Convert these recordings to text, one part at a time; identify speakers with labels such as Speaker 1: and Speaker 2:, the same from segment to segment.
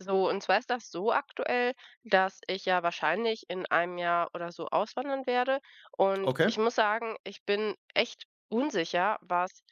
Speaker 1: So, und zwar ist das so aktuell, dass ich ja wahrscheinlich in einem Jahr oder so auswandern werde. Und
Speaker 2: Okay,
Speaker 1: ich muss sagen, ich bin echt unsicher, was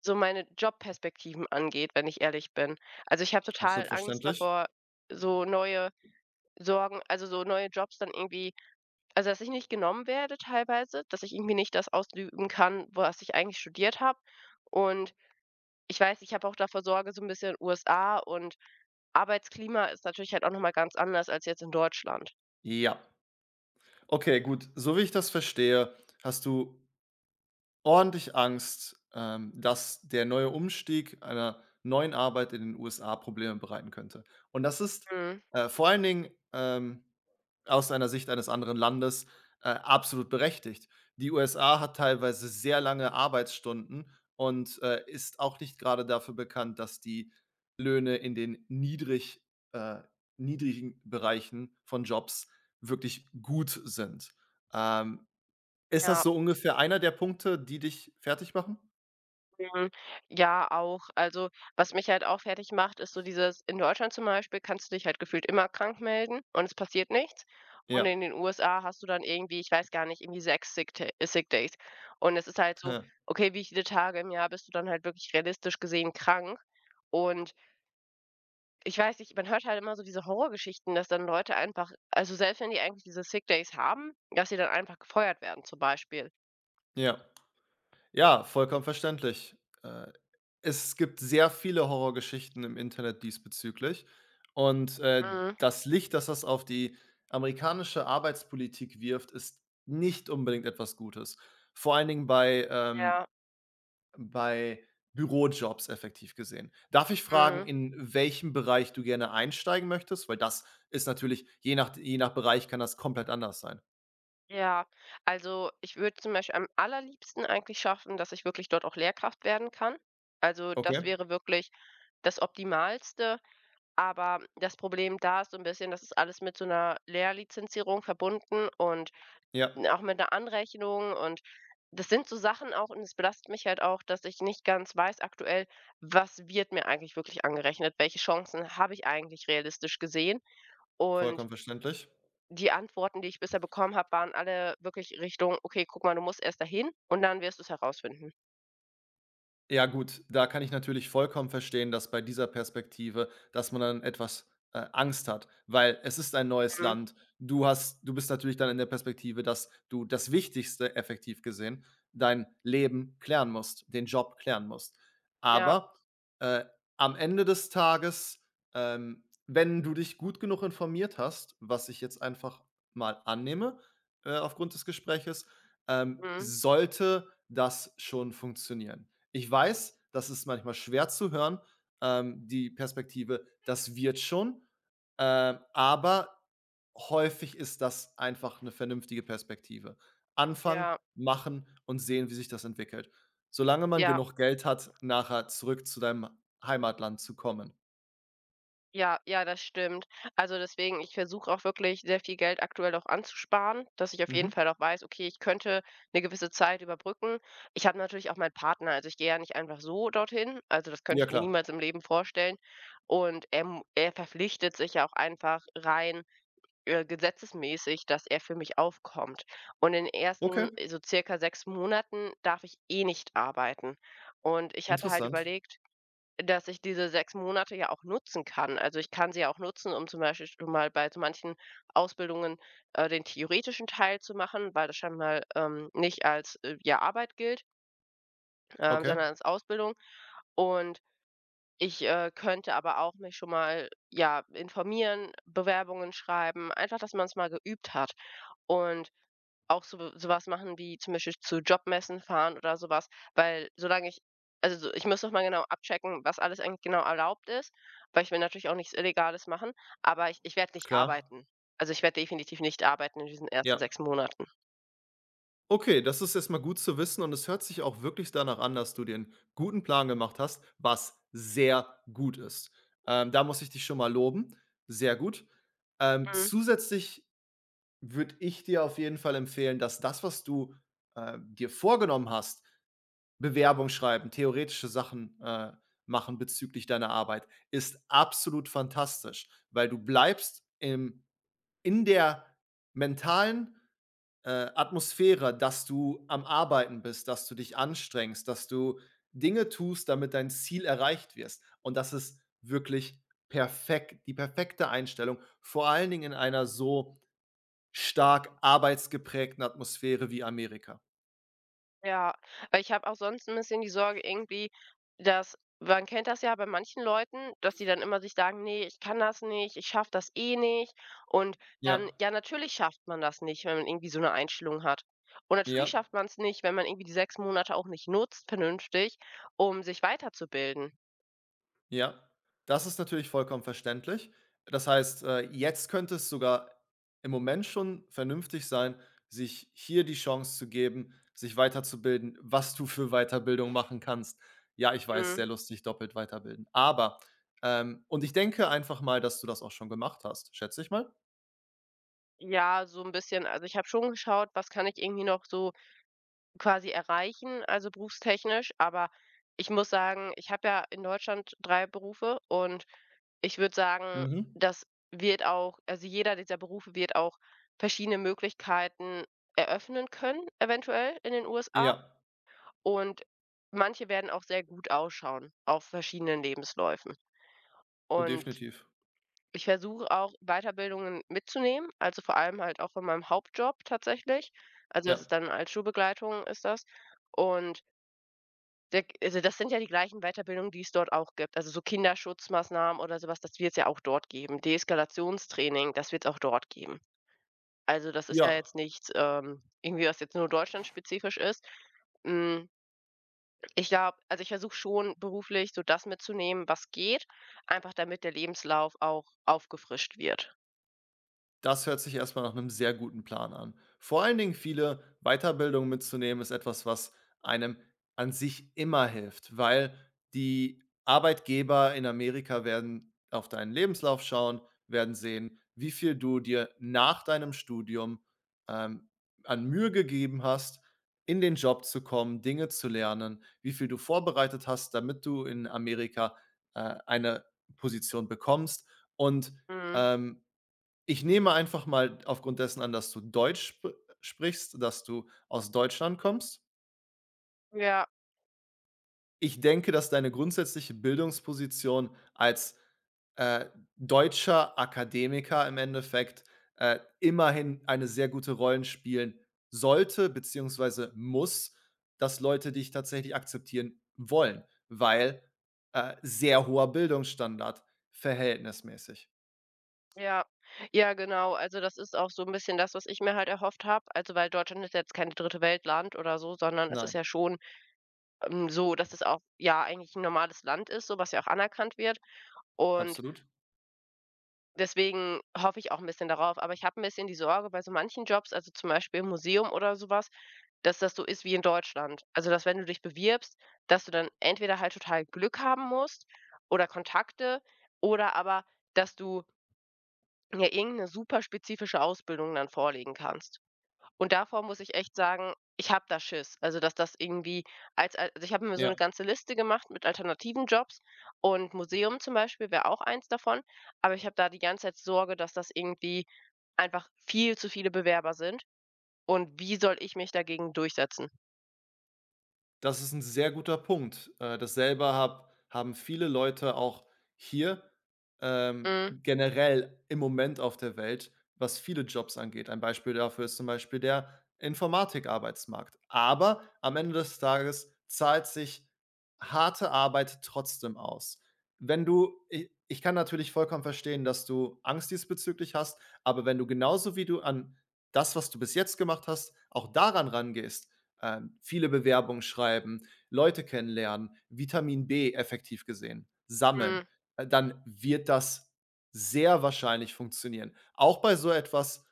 Speaker 1: so meine Jobperspektiven angeht, wenn ich ehrlich bin. Also ich habe total
Speaker 2: absolut
Speaker 1: Angst
Speaker 2: verständlich.
Speaker 1: davor, so neue Sorgen, also so neue Jobs dann irgendwie, also dass ich nicht genommen werde teilweise, dass ich irgendwie nicht das ausüben kann, was ich eigentlich studiert habe. Und ich weiß, ich habe auch davor Sorge, so ein bisschen USA und Arbeitsklima ist natürlich halt auch noch mal ganz anders als jetzt in Deutschland.
Speaker 2: Ja. Okay, gut. So wie ich das verstehe, hast du ordentlich Angst, dass der neue Umstieg einer neuen Arbeit in den USA Probleme bereiten könnte. Und das ist,
Speaker 1: Mhm.
Speaker 2: vor allen Dingen, aus einer Sicht eines anderen Landes, absolut berechtigt. Die USA hat teilweise sehr lange Arbeitsstunden und, ist auch nicht gerade dafür bekannt, dass die Löhne in den äh, niedrigen Bereichen von Jobs wirklich gut sind. Ähm Ist das
Speaker 1: Ja,
Speaker 2: so ungefähr einer der Punkte, die dich fertig machen?
Speaker 1: mhm. Ja, auch. Also, was mich halt auch fertig macht, ist so dieses: In Deutschland zum Beispiel kannst du dich halt gefühlt immer krank melden und es passiert nichts. Und
Speaker 2: Ja,
Speaker 1: in den USA hast du dann irgendwie, ich weiß gar nicht, irgendwie 6 Sick Days. Und es ist halt so,
Speaker 2: ja,
Speaker 1: okay, wie viele Tage im Jahr bist du dann halt wirklich realistisch gesehen krank? Und ich weiß nicht, man hört halt immer so diese Horrorgeschichten, dass dann Leute einfach, also selbst wenn die eigentlich diese Sick Days haben, dass sie dann einfach gefeuert werden zum Beispiel.
Speaker 2: ja. Ja, vollkommen verständlich. Äh, Es gibt sehr viele Horrorgeschichten im Internet diesbezüglich und,
Speaker 1: Mhm,
Speaker 2: das Licht, das auf die amerikanische Arbeitspolitik wirft, ist nicht unbedingt etwas Gutes. Vor allen Dingen
Speaker 1: ja,
Speaker 2: bei Bürojobs effektiv gesehen. Darf ich fragen,
Speaker 1: mhm,
Speaker 2: in welchem Bereich du gerne einsteigen möchtest? Weil das ist natürlich je nach Bereich kann das komplett anders sein.
Speaker 1: ja. Also, ich würde zum Beispiel am allerliebsten eigentlich schaffen, dass ich wirklich dort auch Lehrkraft werden kann. Also, das
Speaker 2: Okay,
Speaker 1: wäre wirklich das Optimalste, aber das Problem da ist so 'n bisschen, das ist alles mit so einer Lehrlizenzierung verbunden und
Speaker 2: ja,
Speaker 1: auch mit der Anrechnung. Und das sind so Sachen auch, und es belastet mich halt auch, dass ich nicht ganz weiß aktuell, was wird mir eigentlich wirklich angerechnet? Welche Chancen habe ich eigentlich realistisch gesehen? Und
Speaker 2: vollkommen verständlich.
Speaker 1: die Antworten, die ich bisher bekommen habe, waren alle wirklich Richtung: „Okay, guck mal, du musst erst dahin und dann wirst du es herausfinden.“
Speaker 2: Ja gut, da kann ich natürlich vollkommen verstehen, dass bei dieser Perspektive dass man dann etwas, Angst hat, weil es ist ein neues
Speaker 1: Mhm.
Speaker 2: Land. Du bist natürlich dann in der Perspektive, dass du das Wichtigste effektiv gesehen, dein Leben klären musst, den Job klären musst.
Speaker 1: Ja,
Speaker 2: Aber, äh, am Ende des Tages, wenn du dich gut genug informiert hast, was ich jetzt einfach mal annehme, aufgrund des Gespräches,
Speaker 1: mhm.
Speaker 2: sollte das schon funktionieren. Ich weiß, das ist manchmal schwer zu hören, die Perspektive, das wird schon, aber häufig ist das einfach 'ne vernünftige Perspektive. Anfangen,
Speaker 1: Ja,
Speaker 2: machen und sehen, wie sich das entwickelt. Solange man
Speaker 1: ja.
Speaker 2: genug Geld hat, nachher zurück zu deinem Heimatland zu kommen.
Speaker 1: Ja, ja, das stimmt. Also, deswegen, ich versuche auch wirklich sehr viel Geld aktuell auch anzusparen, dass ich auf
Speaker 2: Mhm.
Speaker 1: jeden Fall auch weiß, okay, ich könnte eine gewisse Zeit überbrücken. Ich habe natürlich auch meinen Partner, also ich gehe ja nicht einfach so dorthin, also das könnte
Speaker 2: Ja,
Speaker 1: ich mir
Speaker 2: klar.
Speaker 1: niemals im Leben vorstellen. Und er verpflichtet sich ja auch einfach rein, gesetzesmäßig, dass er für mich aufkommt. Und in den
Speaker 2: Okay,
Speaker 1: ersten, so circa 6 Monaten darf ich eh nicht arbeiten. Und ich hatte halt
Speaker 2: interessant.
Speaker 1: überlegt, dass ich diese 6 Monate ja auch nutzen kann. Also, ich kann sie ja auch nutzen, um zum Beispiel schon mal bei so manchen Ausbildungen, den theoretischen Teil zu machen, weil das scheinbar, nicht als, ja, Arbeit gilt,
Speaker 2: Okay,
Speaker 1: sondern als Ausbildung. Und ich, könnte aber auch mich schon mal, ja, informieren, Bewerbungen schreiben, einfach, dass man es mal geübt hat. Und auch so sowas machen wie zum Beispiel zu Jobmessen fahren oder sowas, weil solange ich, also so, ich muss noch mal genau abchecken, was alles eigentlich genau erlaubt ist, weil ich will natürlich auch nichts Illegales machen, aber ich werde nicht
Speaker 2: klar.
Speaker 1: arbeiten. Also, ich werde definitiv nicht arbeiten in diesen ersten
Speaker 2: Ja.
Speaker 1: 6 Monaten.
Speaker 2: Okay, das ist erst mal gut zu wissen und es hört sich auch wirklich danach an, dass du dir 'n guten Plan gemacht hast, was sehr gut ist. Da muss ich dich schon mal loben. Sehr gut.
Speaker 1: Mhm.
Speaker 2: Zusätzlich würde ich dir auf jeden Fall empfehlen, dass das, was du, dir vorgenommen hast, Bewerbung schreiben, theoretische Sachen, machen bezüglich deiner Arbeit, ist absolut fantastisch, weil du bleibst im in der mentalen Atmosphäre, dass du am Arbeiten bist, dass du dich anstrengst, dass du Dinge tust, damit dein Ziel erreicht wirst. Und das ist wirklich perfekt, die perfekte Einstellung, vor allen Dingen in einer so stark arbeitsgeprägten Atmosphäre wie Amerika.
Speaker 1: Ja, weil ich habe auch sonst ein bisschen die Sorge irgendwie, dass, man kennt das ja bei manchen Leuten, dass die dann immer sich sagen: „Nee, ich kann das nicht, ich schaffe das eh nicht.“ Und
Speaker 2: Ja,
Speaker 1: dann, ja, natürlich schafft man das nicht, wenn man irgendwie so eine Einstellung hat. Und natürlich
Speaker 2: ja.
Speaker 1: schafft man es nicht, wenn man irgendwie die 6 Monate auch nicht nutzt vernünftig, um sich weiterzubilden.
Speaker 2: Ja, das ist natürlich vollkommen verständlich. Das heißt, jetzt könnte es sogar im Moment schon vernünftig sein, sich hier die Chance zu geben, sich weiterzubilden, was du für Weiterbildung machen kannst. Ja, ich weiß,
Speaker 1: Mhm.
Speaker 2: sehr lustig, doppelt weiterbilden. Aber und ich denke einfach mal, dass du das auch schon gemacht hast, schätze ich mal.
Speaker 1: Ja, so ein bisschen. Also, ich habe schon geschaut, was kann ich irgendwie noch so quasi erreichen, also berufstechnisch. Aber ich muss sagen, ich habe ja in Deutschland 3 Berufe, und ich würde sagen,
Speaker 2: Mhm.
Speaker 1: das wird auch, also jeder dieser Berufe wird auch verschiedene Möglichkeiten eröffnen können, eventuell in den USA.
Speaker 2: Ja,
Speaker 1: Und manche werden auch sehr gut ausschauen auf verschiedenen Lebensläufen.
Speaker 2: und
Speaker 1: Und
Speaker 2: definitiv.
Speaker 1: ich versuche auch, Weiterbildungen mitzunehmen, also vor allem halt auch von meinem Hauptjob tatsächlich. Also das
Speaker 2: Ja.
Speaker 1: ist dann als Schulbegleitung ist das. Und der, also, das sind ja die gleichen Weiterbildungen, die es dort auch gibt. Also, so Kinderschutzmaßnahmen oder sowas, das wird es ja auch dort geben. Deeskalationstraining, das wird es auch dort geben. Also, das ist ja
Speaker 2: Ja.
Speaker 1: jetzt nichts, irgendwie, was jetzt nur deutschlandspezifisch ist. Hm, ich glaube, also, ich versuche schon beruflich so das mitzunehmen, was geht, einfach damit der Lebenslauf auch aufgefrischt wird.
Speaker 2: Das hört sich erstmal nach einem sehr guten Plan an. Vor allen Dingen viele Weiterbildungen mitzunehmen, ist etwas, was einem an sich immer hilft, weil die Arbeitgeber in Amerika werden auf deinen Lebenslauf schauen, werden sehen, wie viel du dir nach deinem Studium, ähm, an Mühe gegeben hast, in den Job zu kommen, Dinge zu lernen, wie viel du vorbereitet hast, damit du in Amerika, eine Position bekommst und,
Speaker 1: Mhm.
Speaker 2: ähm, ich nehme einfach mal aufgrund dessen an, dass du Deutsch sp sprichst, dass du aus Deutschland kommst.
Speaker 1: Ja,
Speaker 2: Ich denke, dass deine grundsätzliche Bildungsposition als, äh, deutscher Akademiker im Endeffekt, immerhin eine sehr gute Rollen spielen sollte beziehungsweise muss, dass Leute dich tatsächlich akzeptieren wollen, weil, sehr hoher Bildungsstandard verhältnismäßig.
Speaker 1: ja. Ja, genau. Also, das ist auch so ein bisschen das, was ich mir halt erhofft habe. Also, weil Deutschland ist ja jetzt kein dritte Weltland oder so, sondern es ist
Speaker 2: Nein,
Speaker 1: ja schon, ähm, so, dass es auch, ja, eigentlich ein normales Land ist, so, was ja auch anerkannt wird. Und
Speaker 2: absolut.
Speaker 1: deswegen hoffe ich auch ein bisschen darauf. Aber ich habe ein bisschen die Sorge bei so manchen Jobs, also zum Beispiel im Museum oder sowas, dass das so ist wie in Deutschland. Also, dass wenn du dich bewirbst, dass du dann entweder halt total Glück haben musst oder Kontakte, oder aber, dass du ja irgendeine super spezifische Ausbildung dann vorlegen kannst. Und davor muss ich echt sagen, ich habe da Schiss. Also, dass das irgendwie also, ich habe mir so eine
Speaker 2: Ja.
Speaker 1: ganze Liste gemacht mit alternativen Jobs, und Museum zum Beispiel wäre auch eins davon, aber ich habe da die ganze Zeit Sorge, dass das irgendwie einfach viel zu viele Bewerber sind, und wie soll ich mich dagegen durchsetzen?
Speaker 2: Das ist ein sehr guter Punkt. Dasselbe hab haben viele Leute auch hier,
Speaker 1: Mhm,
Speaker 2: generell im Moment auf der Welt, was viele Jobs angeht. Ein Beispiel dafür ist zum Beispiel der Informatikarbeitsmarkt. Aber am Ende des Tages zahlt sich harte Arbeit trotzdem aus. Wenn du i Ich kann natürlich vollkommen verstehen, dass du Angst diesbezüglich hast, aber wenn du genauso wie du an das, was du bis jetzt gemacht hast, auch daran rangehst, viele Bewerbungen schreiben, Leute kennenlernen, Vitamin B effektiv gesehen, sammeln,
Speaker 1: mhm,
Speaker 2: dann wird das sehr wahrscheinlich funktionieren. Auch bei so etwas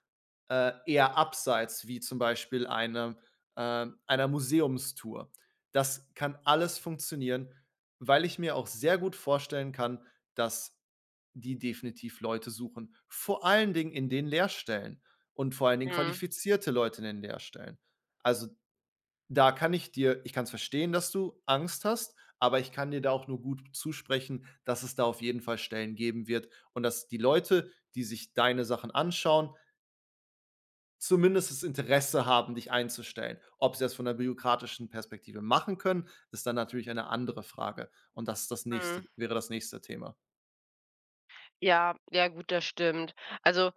Speaker 2: äh, eher abseits, wie zum Beispiel einer Museumstour. Das kann alles funktionieren, weil ich mir auch sehr gut vorstellen kann, dass die definitiv Leute suchen. Vor allen Dingen in den Lehrstellen und vor allen Dingen
Speaker 1: mhm,
Speaker 2: qualifizierte Leute in den Lehrstellen. Also da kann ich dir ich kann es verstehen, dass du Angst hast, aber ich kann dir da auch nur gut zusprechen, dass es da auf jeden Fall Stellen geben wird und dass die Leute, die sich deine Sachen anschauen, zumindest das Interesse haben, dich einzustellen. Ob sie das von der bürokratischen Perspektive machen können, ist dann natürlich eine andere Frage und das ist das nächste
Speaker 1: mhm.
Speaker 2: wäre das nächste Thema.
Speaker 1: Ja, ja gut, das stimmt. Also,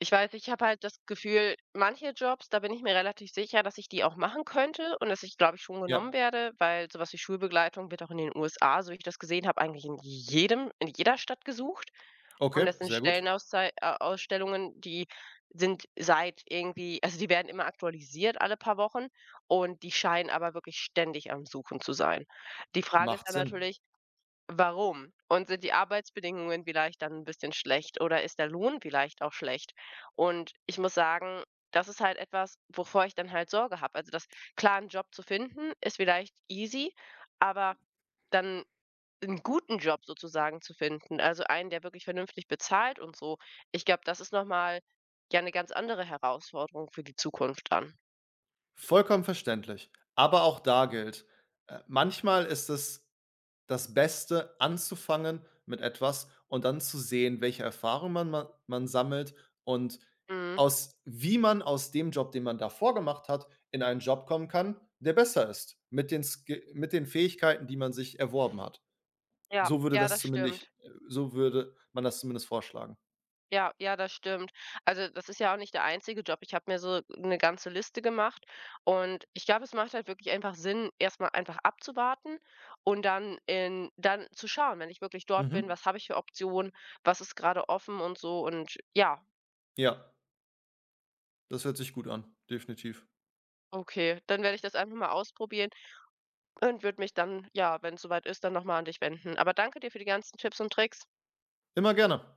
Speaker 1: ich weiß, ich habe halt das Gefühl, manche Jobs, da bin ich mir relativ sicher, dass ich die auch machen könnte und dass ich, glaube ich, schon genommen
Speaker 2: Ja,
Speaker 1: werde, weil sowas wie Schulbegleitung wird auch in den USA, so wie ich das gesehen habe, eigentlich in jedem, in jeder Stadt gesucht. Und
Speaker 2: okay,
Speaker 1: das sind
Speaker 2: sehr gut.
Speaker 1: Stellenauszei Ausstellungen, die sind seit irgendwie, also, die werden immer aktualisiert alle paar Wochen, und die scheinen aber wirklich ständig am Suchen zu sein. Die Frage ist
Speaker 2: Macht
Speaker 1: dann
Speaker 2: Sinn.
Speaker 1: natürlich: Warum? Und sind die Arbeitsbedingungen vielleicht dann ein bisschen schlecht, oder ist der Lohn vielleicht auch schlecht? Und ich muss sagen, das ist halt etwas, wovor ich dann halt Sorge habe. Also, das, klar, 'n Job zu finden ist vielleicht easy, aber dann einen guten Job sozusagen zu finden, also einen, der wirklich vernünftig bezahlt und so, ich glaube, das ist nochmal, ja, eine ganz andere Herausforderung für die Zukunft dann.
Speaker 2: Vollkommen verständlich. Aber auch da gilt, manchmal ist es das Beste, anzufangen mit etwas und dann zu sehen, welche Erfahrung man sammelt und
Speaker 1: Mhm.
Speaker 2: aus dem Job, den man davor gemacht hat, in einen Job kommen kann, der besser ist, mit den Ski mit den Fähigkeiten, die man sich erworben hat.
Speaker 1: Ja,
Speaker 2: So würde
Speaker 1: ja,
Speaker 2: das
Speaker 1: das
Speaker 2: zumindest
Speaker 1: stimmt.
Speaker 2: äh, so würde man das zumindest vorschlagen.
Speaker 1: Ja, ja, das stimmt. Also, das ist ja auch nicht der einzige Job. Ich habe mir so eine ganze Liste gemacht, und ich glaube, es macht halt wirklich einfach Sinn, erstmal einfach abzuwarten und dann in dann zu schauen, wenn ich wirklich dort bin,
Speaker 2: Mhm.
Speaker 1: was habe ich für Optionen, was ist gerade offen und so, und ja,
Speaker 2: Ja, das hört sich gut an, definitiv.
Speaker 1: okay, dann werde ich das einfach mal ausprobieren und würde mich dann, ja, wenn so weit ist, dann nochmal an dich wenden. Aber danke dir für die ganzen Tipps und Tricks.
Speaker 2: Immer gerne.